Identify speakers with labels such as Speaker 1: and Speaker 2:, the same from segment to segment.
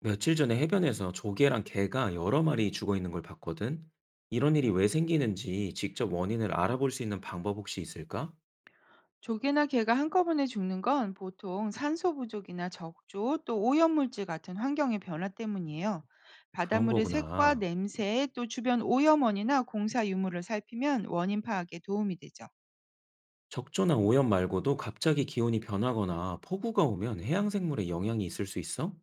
Speaker 1: 며칠 전에 해변에서 조개랑 개가 여러 마리 죽어 있는 걸 봤거든. 이런 일이 왜 생기는지 직접 원인을 알아볼 수 있는 방법 혹시 있을까?
Speaker 2: 조개나 게가 한꺼번에 죽는 건 보통 산소 부족이나 적조 또 오염물질 같은 환경의 변화 때문이에요.
Speaker 1: 그런
Speaker 2: 바닷물의 색과
Speaker 1: 거구나.
Speaker 2: 냄새 또 주변 오염원이나 공사 유물을 살피면 원인 파악에 도움이 되죠.
Speaker 1: 적조나 오염 말고도 갑자기 기온이 변하거나 폭우가 오면 해양 생물에 영향이 있을 수 있어?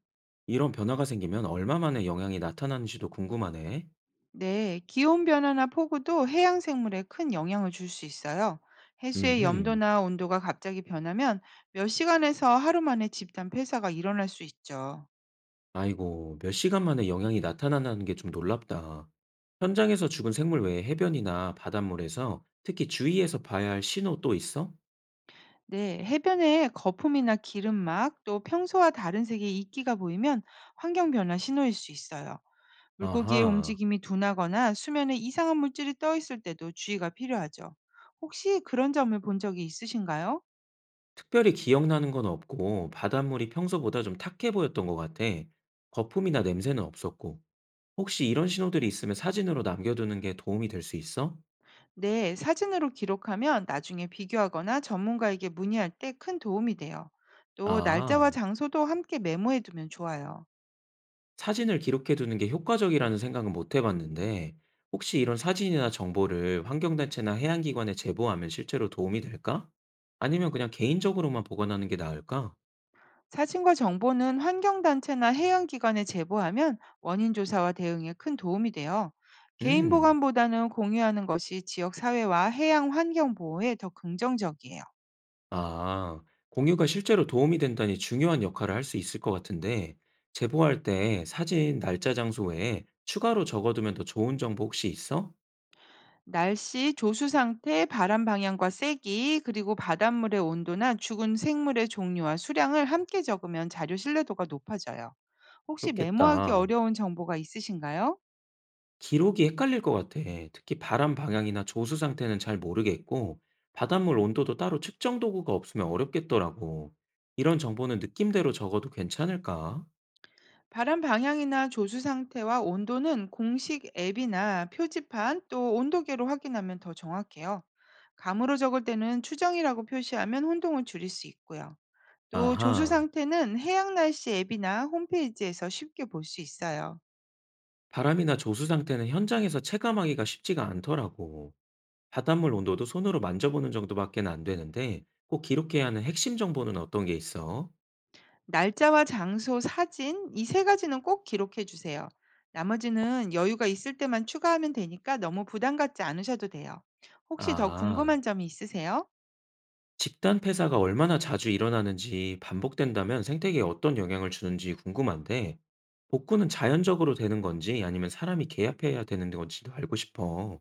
Speaker 1: 이런 변화가 생기면 얼마 만에 영향이 나타나는지도 궁금하네.
Speaker 2: 네, 기온 변화나 폭우도 해양 생물에 큰 영향을 줄 수 있어요. 해수의
Speaker 1: 음흠.
Speaker 2: 염도나 온도가 갑자기 변하면 몇 시간에서 하루 만에 집단 폐사가 일어날 수 있죠.
Speaker 1: 아이고, 몇 시간 만에 영향이 나타난다는 게 좀 놀랍다. 현장에서 죽은 생물 외에 해변이나 바닷물에서 특히 주의해서 봐야 할 신호 또 있어?
Speaker 2: 네, 해변에 거품이나 기름막 또 평소와 다른 색의 이끼가 보이면 환경 변화 신호일 수 있어요. 물고기의
Speaker 1: 아하.
Speaker 2: 움직임이 둔하거나 수면에 이상한 물질이 떠 있을 때도 주의가 필요하죠. 혹시 그런 점을 본 적이 있으신가요?
Speaker 1: 특별히 기억나는 건 없고 바닷물이 평소보다 좀 탁해 보였던 것 같아. 거품이나 냄새는 없었고. 혹시 이런 신호들이 있으면 사진으로 남겨두는 게 도움이 될 수 있어?
Speaker 2: 네, 사진으로 기록하면 나중에 비교하거나 전문가에게 문의할 때 큰 도움이 돼요. 또 날짜와
Speaker 1: 아,
Speaker 2: 장소도 함께 메모해 두면 좋아요.
Speaker 1: 사진을 기록해두는 게 효과적이라는 생각은 못 해봤는데, 혹시 이런 사진이나 정보를 환경단체나 해양기관에 제보하면 실제로 도움이 될까? 아니면 그냥 개인적으로만 보관하는 게 나을까?
Speaker 2: 사진과 정보는 환경단체나 해양기관에 제보하면 원인 조사와 대응에 큰 도움이 돼요. 개인
Speaker 1: 음.
Speaker 2: 보관보다는 공유하는 것이 지역 사회와 해양 환경 보호에 더 긍정적이에요.
Speaker 1: 아, 공유가 실제로 도움이 된다니 중요한 역할을 할 수 있을 것 같은데, 제보할 때 사진, 날짜, 장소 외에 추가로 적어두면 더 좋은 정보 혹시 있어?
Speaker 2: 날씨, 조수 상태, 바람 방향과 세기, 그리고 바닷물의 온도나 죽은 생물의 종류와 수량을 함께 적으면 자료 신뢰도가 높아져요. 혹시 메모하기
Speaker 1: 그렇겠다.
Speaker 2: 어려운 정보가 있으신가요?
Speaker 1: 기록이 헷갈릴 것 같아. 특히 바람 방향이나 조수 상태는 잘 모르겠고, 바닷물 온도도 따로 측정 도구가 없으면 어렵겠더라고. 이런 정보는 느낌대로 적어도 괜찮을까?
Speaker 2: 바람 방향이나 조수 상태와 온도는 공식 앱이나 표지판 또 온도계로 확인하면 더 정확해요. 감으로 적을 때는 추정이라고 표시하면 혼동을 줄일 수 있고요. 또 조수
Speaker 1: 아하,
Speaker 2: 상태는 해양 날씨 앱이나 홈페이지에서 쉽게 볼 수 있어요.
Speaker 1: 바람이나 조수 상태는 현장에서 체감하기가 쉽지가 않더라고. 바닷물 온도도 손으로 만져보는 정도밖에 안 되는데 꼭 기록해야 하는 핵심 정보는 어떤 게 있어?
Speaker 2: 날짜와 장소, 사진 이 세 가지는 꼭 기록해 주세요. 나머지는 여유가 있을 때만 추가하면 되니까 너무 부담 갖지 않으셔도 돼요. 혹시 더
Speaker 1: 아,
Speaker 2: 궁금한 점이 있으세요?
Speaker 1: 집단 폐사가 얼마나 자주 일어나는지 반복된다면 생태계에 어떤 영향을 주는지 궁금한데 복구는 자연적으로 되는 건지 아니면 사람이 개입해야 되는 건지도 알고 싶어.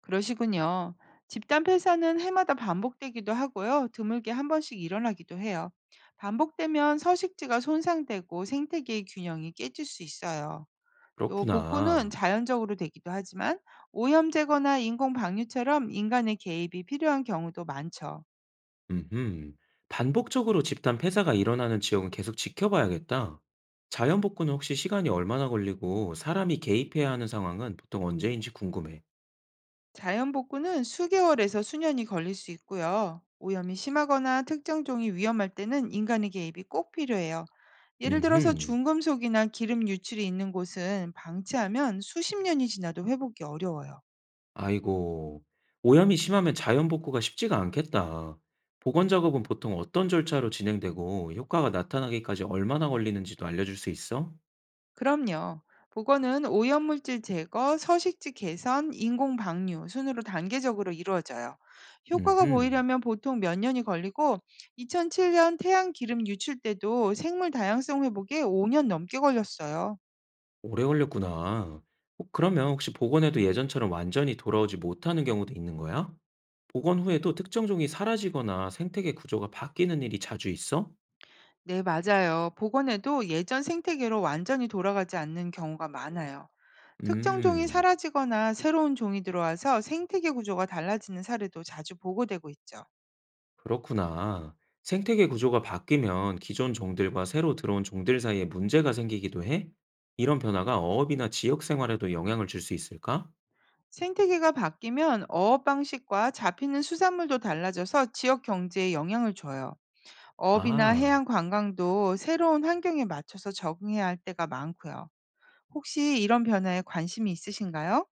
Speaker 2: 그러시군요. 집단 폐사는 해마다 반복되기도 하고요. 드물게 한 번씩 일어나기도 해요. 반복되면 서식지가 손상되고 생태계의 균형이 깨질 수 있어요. 또 복구는
Speaker 1: 그렇구나.
Speaker 2: 자연적으로 되기도 하지만 오염 제거나 인공 방류처럼 인간의 개입이 필요한 경우도 많죠.
Speaker 1: 음흠. 반복적으로 집단 폐사가 일어나는 지역은 계속 지켜봐야겠다. 자연 복구는 혹시 시간이 얼마나 걸리고 사람이 개입해야 하는 상황은 보통 언제인지 궁금해.
Speaker 2: 자연 복구는 수개월에서 수년이 걸릴 수 있고요. 오염이 심하거나 특정 종이 위험할 때는 인간의 개입이 꼭 필요해요. 예를 들어서
Speaker 1: 음흠.
Speaker 2: 중금속이나 기름 유출이 있는 곳은 방치하면 수십 년이 지나도 회복이 어려워요.
Speaker 1: 아이고. 오염이 심하면 자연 복구가 쉽지가 않겠다. 복원 작업은 보통 어떤 절차로 진행되고 효과가 나타나기까지 얼마나 걸리는지도 알려줄 수 있어?
Speaker 2: 그럼요. 복원은 오염물질 제거, 서식지 개선, 인공 방류 순으로 단계적으로 이루어져요. 효과가
Speaker 1: 음흠.
Speaker 2: 보이려면 보통 몇 년이 걸리고 2007년 태양 기름 유출 때도 생물 다양성 회복에 5년 넘게 걸렸어요.
Speaker 1: 오래 걸렸구나. 그러면 혹시 복원해도 예전처럼 완전히 돌아오지 못하는 경우도 있는 거야? 복원 후에도 특정 종이 사라지거나 생태계 구조가 바뀌는 일이 자주 있어?
Speaker 2: 네, 맞아요. 복원에도 예전 생태계로 완전히 돌아가지 않는 경우가 많아요. 특정 종이
Speaker 1: 음.
Speaker 2: 사라지거나 새로운 종이 들어와서 생태계 구조가 달라지는 사례도 자주 보고되고 있죠.
Speaker 1: 그렇구나. 생태계 구조가 바뀌면 기존 종들과 새로 들어온 종들 사이에 문제가 생기기도 해? 이런 변화가 어업이나 지역 생활에도 영향을 줄 수 있을까?
Speaker 2: 생태계가 바뀌면 어업 방식과 잡히는 수산물도 달라져서 지역 경제에 영향을 줘요. 어업이나
Speaker 1: 아,
Speaker 2: 해양 관광도 새로운 환경에 맞춰서 적응해야 할 때가 많고요. 혹시 이런 변화에 관심이 있으신가요?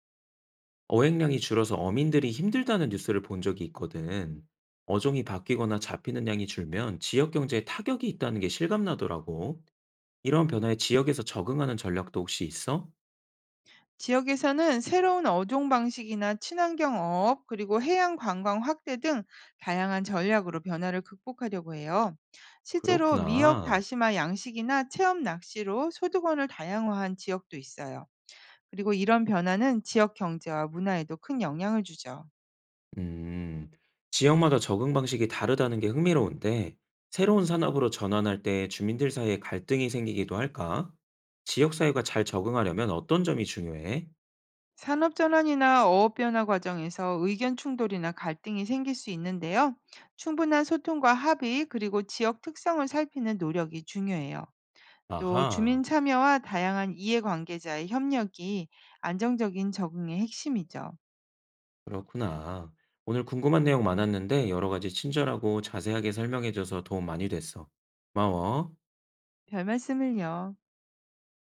Speaker 1: 어획량이 줄어서 어민들이 힘들다는 뉴스를 본 적이 있거든. 어종이 바뀌거나 잡히는 양이 줄면 지역 경제에 타격이 있다는 게 실감나더라고. 이런 변화에 지역에서 적응하는 전략도 혹시 있어?
Speaker 2: 지역에서는 새로운 어종 방식이나 친환경 어업, 그리고 해양 관광 확대 등 다양한 전략으로 변화를 극복하려고 해요. 실제로 미역
Speaker 1: 그렇구나.
Speaker 2: 다시마 양식이나 체험 낚시로 소득원을 다양화한 지역도 있어요. 그리고 이런 변화는 지역 경제와 문화에도 큰 영향을 주죠.
Speaker 1: 음, 지역마다 적응 방식이 다르다는 게 흥미로운데, 새로운 산업으로 전환할 때 주민들 사이에 갈등이 생기기도 할까? 지역 사회가 잘 적응하려면 어떤 점이 중요해?
Speaker 2: 산업 전환이나 어업 변화 과정에서 의견 충돌이나 갈등이 생길 수 있는데요. 충분한 소통과 합의, 그리고 지역 특성을 살피는 노력이 중요해요. 또
Speaker 1: 아하,
Speaker 2: 주민 참여와 다양한 이해관계자의 협력이 안정적인 적응의 핵심이죠.
Speaker 1: 그렇구나. 오늘 궁금한 내용 많았는데 여러 가지 친절하고 자세하게 설명해줘서 도움 많이 됐어. 고마워.
Speaker 2: 별 말씀을요.